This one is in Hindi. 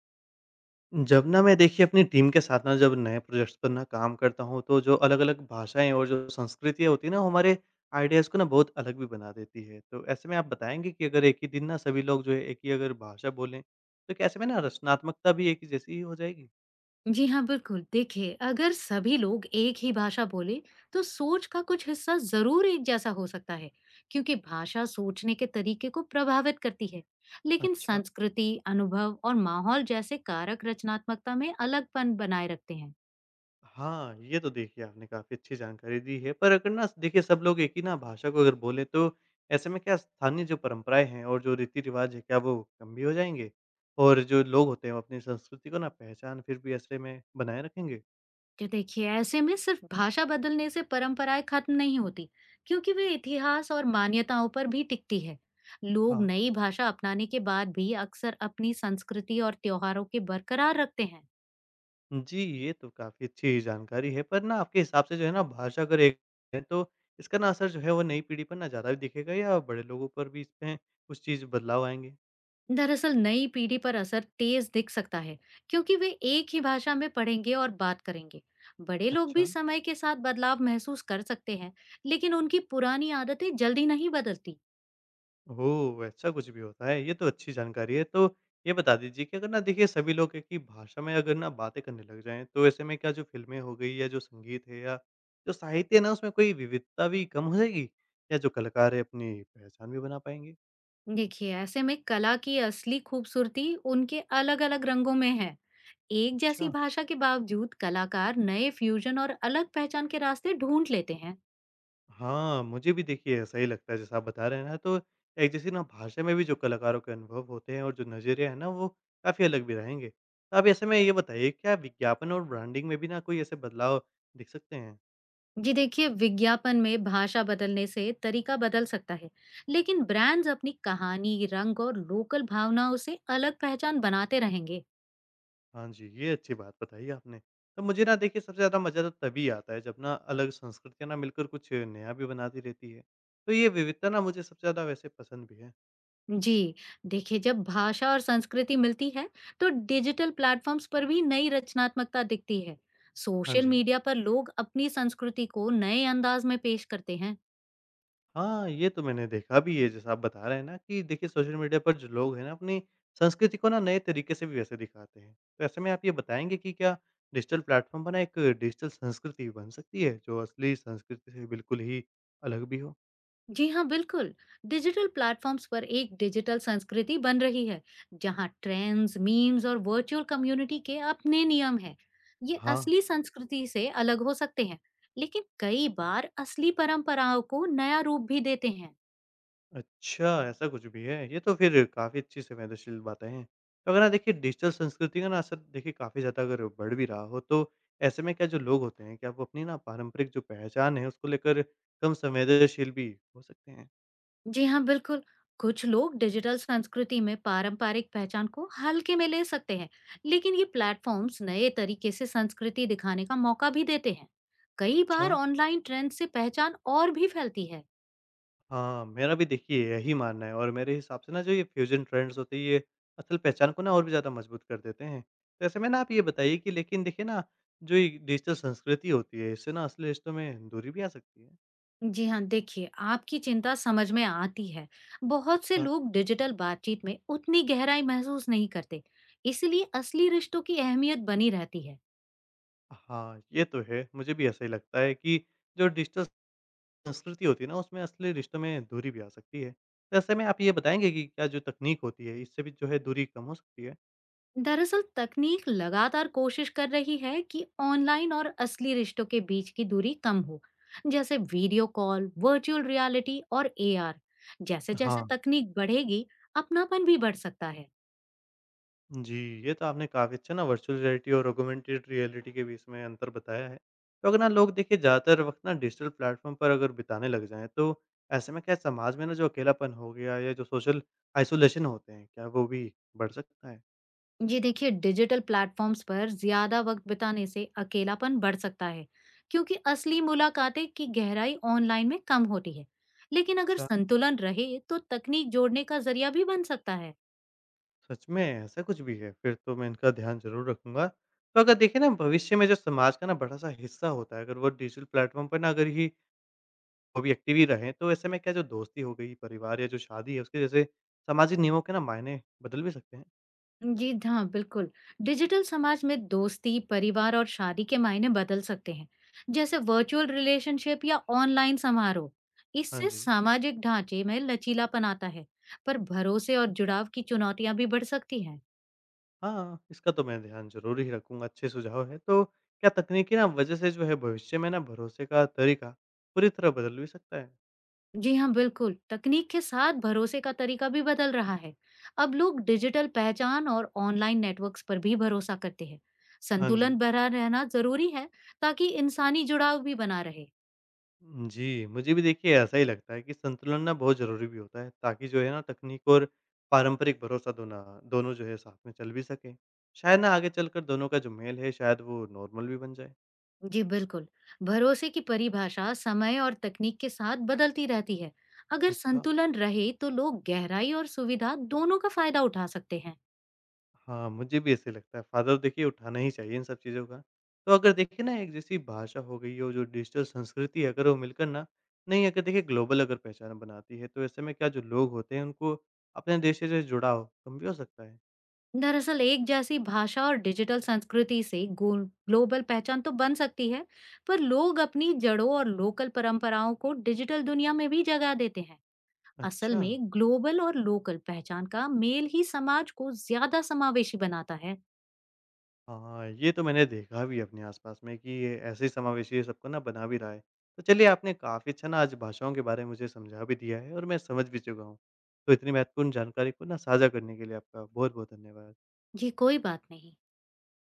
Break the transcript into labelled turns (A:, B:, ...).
A: जब ना मैं देखिए अपनी टीम के साथ ना जब नए प्रोजेक्ट्स पर ना काम करता हूँ तो जो अलग-अलग भाषाएँ और जो संस्कृतियाँ होती है ना, वो हमारे आइडियाज़ को ना बहुत अलग भी बना देती है। तो ऐसे में आप बताएँगे कि अगर एक ही दिन ना सभी लोग जो है एक ही अगर भाषा बोलें, तो कैसे में ना रचनात्मकता भी एक ही जैसी ही हो जाएगी?
B: जी हाँ बिल्कुल। देखिए, अगर सभी लोग एक ही भाषा बोले तो सोच का कुछ हिस्सा जरूर एक जैसा हो सकता है, क्योंकि भाषा सोचने के तरीके को प्रभावित करती है। लेकिन
A: अच्छा।
B: संस्कृति, अनुभव और माहौल जैसे कारक रचनात्मकता में अलगपन बनाए रखते हैं।
A: हाँ, ये तो देखिए आपने काफ़ी अच्छी जानकारी दी है। पर अगर ना देखिए सब लोग एक ही ना भाषा को अगर बोले तो ऐसे में क्या स्थानीय जो परंपराएँ हैं और जो रीति-रिवाज है, क्या वो कम भी हो जाएँगे? और जो लोग होते हैं, वो अपनी संस्कृति को ना पहचान फिर भी ऐसे में बनाए रखेंगे?
B: तो देखिए, ऐसे में सिर्फ भाषा बदलने से परंपराएं खत्म नहीं होती, क्योंकि वे इतिहास और मान्यताओं पर भी टिकती है। लोग
A: हाँ।
B: नई भाषा अपनाने के बाद भी अक्सर अपनी संस्कृति और त्योहारों के बरकरार रखते हैं।
A: जी, ये तो काफ़ी अच्छी जानकारी है। पर ना आपके हिसाब से जो है ना भाषा अगर एक है, तो इसका ना असर जो है वो नई पीढ़ी पर ना ज़्यादा भी दिखेगा या बड़े लोगों पर भी इसमें कुछ चीज़ बदलाव आएँगे?
B: दरअसल नई पीढ़ी पर असर तेज दिख सकता है, क्योंकि वे एक ही भाषा में पढ़ेंगे और बात करेंगे। बड़े लोग भी
A: अच्छा।
B: समय के साथ बदलाव महसूस कर सकते हैं, लेकिन उनकी पुरानी आदतें जल्दी नहीं बदलती।
A: ओह! ऐसा कुछ भी होता है, ये तो अच्छी जानकारी है। तो ये बता दीजिए कि अगर ना देखिए सभी लोग एक ही भाषा में अगर ना बातें करने लग जाएँ, तो ऐसे में क्या जो फ़िल्में हो गई या जो संगीत है या जो साहित्य है ना, उसमें कोई विविधता भी कम हो जाएगी? या जो कलाकार है अपनी पहचान भी बना पाएँगे?
B: देखिए, ऐसे में कला की असली खूबसूरती उनके अलग अलग रंगों में है। एक जैसी
A: अच्छा,
B: भाषा के बावजूद कलाकार नए फ्यूजन और अलग पहचान के रास्ते ढूंढ लेते हैं।
A: हाँ, मुझे भी देखिए ऐसा ही लगता है जैसा आप बता रहे हैं ना, तो एक जैसी ना भाषा में भी जो कलाकारों के अनुभव होते हैं और जो नज़रिया है ना, वो काफ़ी अलग भी रहेंगे। तो आप ऐसे में ये बताइए, क्या विज्ञापन और ब्रांडिंग में भी ना कोई ऐसे बदलाव दिख सकते हैं?
B: जी, देखिए, विज्ञापन में भाषा बदलने से तरीका बदल सकता है, लेकिन ब्रांड्स अपनी कहानी, रंग और लोकल भावनाओं से अलग पहचान बनाते रहेंगे।
A: हाँ जी, ये अच्छी बात बताई आपने। तो मुझे ना देखिए सबसे ज़्यादा मज़ा तो तभी आता है जब ना अलग संस्कृतियाँ ना मिलकर कुछ नया भी बनाती रहती है। तो ये विविधता ना मुझे सबसे ज़्यादा वैसे पसंद भी है।
B: जी, देखिए, जब भाषा और संस्कृति मिलती है तो डिजिटल प्लेटफॉर्म्स पर भी नई रचनात्मकता दिखती है।
A: हाँ
B: सोशल
A: जी।
B: मीडिया पर लोग अपनी संस्कृति को नए अंदाज में पेश करते हैं।
A: हाँ, ये तो मैंने देखा भी है जैसा आप बता रहे हैं ना, कि देखिए सोशल मीडिया पर जो लोग हैं ना अपनी संस्कृति को ना नए तरीके से भी वैसे दिखाते हैं। तो ऐसे में आप ये बताएँगे कि क्या डिजिटल प्लेटफ़ॉर्म पर ना एक डिजिटल संस्कृति बन सकती है जो असली संस्कृति से बिल्कुल ही अलग भी हो?
B: जी हाँ बिल्कुल। डिजिटल प्लेटफॉर्म्स पर एक डिजिटल संस्कृति बन रही है, जहाँ ट्रेंड्स, मीम्स और वर्चुअल कम्युनिटी के अपने नियम हैं। ये
A: हाँ।
B: असली संस्कृति से अलग हो सकते हैं, लेकिन कई बार असली परंपराओं को नया रूप भी देते हैं।
A: अच्छा, ऐसा कुछ भी है? ये तो फिर काफ़ी अच्छी संवेदनशील बातें हैं। तो अगर ना देखिए डिजिटल संस्कृति का ना असर देखिए काफ़ी ज़्यादा अगर बढ़ भी रहा हो, तो ऐसे में क्या जो लोग होते हैं, क्या वो अपनी ना पारंपरिक जो पहचान है उसको लेकर कम संवेदनशील भी हो सकते हैं?
B: जी हाँ बिल्कुल। कुछ लोग डिजिटल संस्कृति में पारंपरिक पहचान को हल्के में ले सकते हैं, लेकिन ये प्लेटफॉर्म्स नए तरीके से संस्कृति दिखाने का मौका भी देते हैं। कई
A: अच्छा,
B: बार ऑनलाइन ट्रेंड से पहचान और भी फैलती है।
A: हाँ, मेरा भी देखिए यही मानना है और मेरे हिसाब से ना जो ये फ्यूज़न ट्रेंड्स होते हैं, ये असल पहचान को ना और भी ज़्यादा मजबूत कर देते हैं। तो ऐसे में ना आप ये बताइए कि लेकिन देखिए ना, जो ये डिजिटल संस्कृति होती है, इससे ना असली रिश्तों में दूरी भी आ सकती है?
B: जी हाँ, देखिए, आपकी चिंता समझ में आती है। बहुत से
A: अच्छा।
B: लोग डिजिटल बातचीत में उतनी गहराई महसूस नहीं करते, इसलिए असली रिश्तों की अहमियत बनी रहती है।
A: हाँ, ये तो है। मुझे भी ऐसा ही लगता है कि जो डिजिटल संस्कृति होती है ना, उसमें असली रिश्तों में दूरी भी आ सकती है। तो ऐसे में आप ये बताएँगे कि क्या जो तकनीक होती है, इससे भी जो है दूरी कम हो सकती है?
B: दरअसल तकनीक लगातार कोशिश कर रही है कि ऑनलाइन और असली रिश्तों के बीच की दूरी कम हो, जैसे वीडियो कॉल, वर्चुअल रियलिटी और एआर। जैसे जैसे
A: हाँ।
B: तकनीक बढ़ेगी, अपनापन भी बढ़ सकता है।
A: जी, ये तो आपने काफ़ी अच्छा ना वर्चुअल रियलिटी और ऑगमेंटेड रियलिटी के बीच में अंतर बताया है। तो अगर ना लोग देखिए ज़्यादातर वक़्त ना डिजिटल प्लेटफ़ॉर्म पर अगर बिताने लग जाएँ, तो ऐसे में क्या समाज में ना जो अकेलापन हो गया या जो सोशल आइसोलेशन होते हैं, क्या वो भी बढ़ सकता है?
B: जी, देखिए, डिजिटल प्लेटफॉर्म्स पर ज्यादा वक्त बिताने से अकेलापन बढ़ सकता है, क्योंकि असली मुलाकातें की गहराई ऑनलाइन में कम होती है। लेकिन अगर
A: अच्छा।
B: संतुलन रहे तो तकनीक जोड़ने का जरिया भी बन सकता है।
A: सच में ऐसा कुछ भी है? फिर तो मैं इनका ध्यान ज़रूर रखूँगा। तो अगर देखिए ना भविष्य में जो समाज का ना बड़ा-सा हिस्सा होता है, अगर वो डिजिटल प्लेटफ़ॉर्म पर ना अगर ही वो भी एक्टिव ही रहें, तो ऐसे में क्या जो दोस्ती हो गई, परिवार या जो शादी है, उसके जैसे सामाजिक नियमों के ना मायने बदल भी सकते हैं?
B: जी हाँ बिल्कुल। डिजिटल समाज में दोस्ती, परिवार और शादी के मायने बदल सकते हैं, जैसे वर्चुअल रिलेशनशिप या ऑनलाइन समारोह।
A: हाँ
B: इससे
A: जी।
B: सामाजिक ढांचे में लचीलापन आता है, पर भरोसे और जुड़ाव की चुनौतियां भी बढ़ सकती हैं।
A: हाँ, इसका तो मैं ध्यान ज़रूर ही रखूँगा, अच्छे सुझाव हैं। तो क्या तकनीकी ना वजह से जो है भविष्य में ना भरोसे का तरीका पूरी तरह बदल भी सकता है?
B: जी हाँ, बिल्कुल। तकनीक के साथ भरोसे का तरीका भी बदल रहा है। अब लोग डिजिटल पहचान और ऑनलाइन नेटवर्क्स पर भी भरोसा करते हैं।
A: हाँ
B: संतुलन
A: जी।
B: बना रहना जरूरी है ताकि इंसानी जुड़ाव भी बना रहे।
A: जी, मुझे भी देखिए ऐसा ही लगता है कि संतुलन ना बहुत ज़रूरी भी होता है, ताकि जो है ना तकनीक और पारंपरिक भरोसा दोना दोनों जो है साथ में चल भी सकें। शायद ना आगे चलकर दोनों का जो मेल है शायद वो नॉर्मल भी बन जाए।
B: जी बिल्कुल। भरोसे की परिभाषा समय और तकनीक के साथ बदलती रहती है। अगर
A: अच्छा।
B: संतुलन रहे तो लोग गहराई और सुविधा दोनों का फायदा उठा सकते हैं।
A: हाँ, मुझे भी ऐसे लगता है, फ़ायदा तो देखिए उठाना ही चाहिए इन सब चीज़ों का। तो अगर देखिए ना एक जैसी भाषा हो गई और जो डिजिटल संस्कृति है अगर वो मिलकर ना नहीं अगर देखिए ग्लोबल अगर पहचान बनाती है, तो ऐसे में क्या जो लोग होते हैं उनको अपने देश से जो है जुड़ाव कम भी हो सकता है?
B: दरअसल एक जैसी भाषा और डिजिटल संस्कृति से ग्लोबल पहचान तो बन सकती है, पर लोग अपनी जड़ों और लोकल परंपराओं को डिजिटल दुनिया में भी जगह देते हैं। असल
A: अच्छा।
B: में ग्लोबल और लोकल पहचान का मेल ही समाज को ज्यादा समावेशी बनाता है।
A: हाँ, ये तो मैंने देखा भी अपने आसपास में कि ये ऐसे ही समावेशी सबको ना बना भी रहा है। तो चलिए आपने काफ़ी अच्छा ना आज भाषाओं के बारे में मुझे समझा भी दिया है और मैं समझ भी चुका हूँ। तो इतनी महत्वपूर्ण जानकारी को ना साझा करने के लिए आपका बहुत-बहुत धन्यवाद।
B: ये कोई बात नहीं।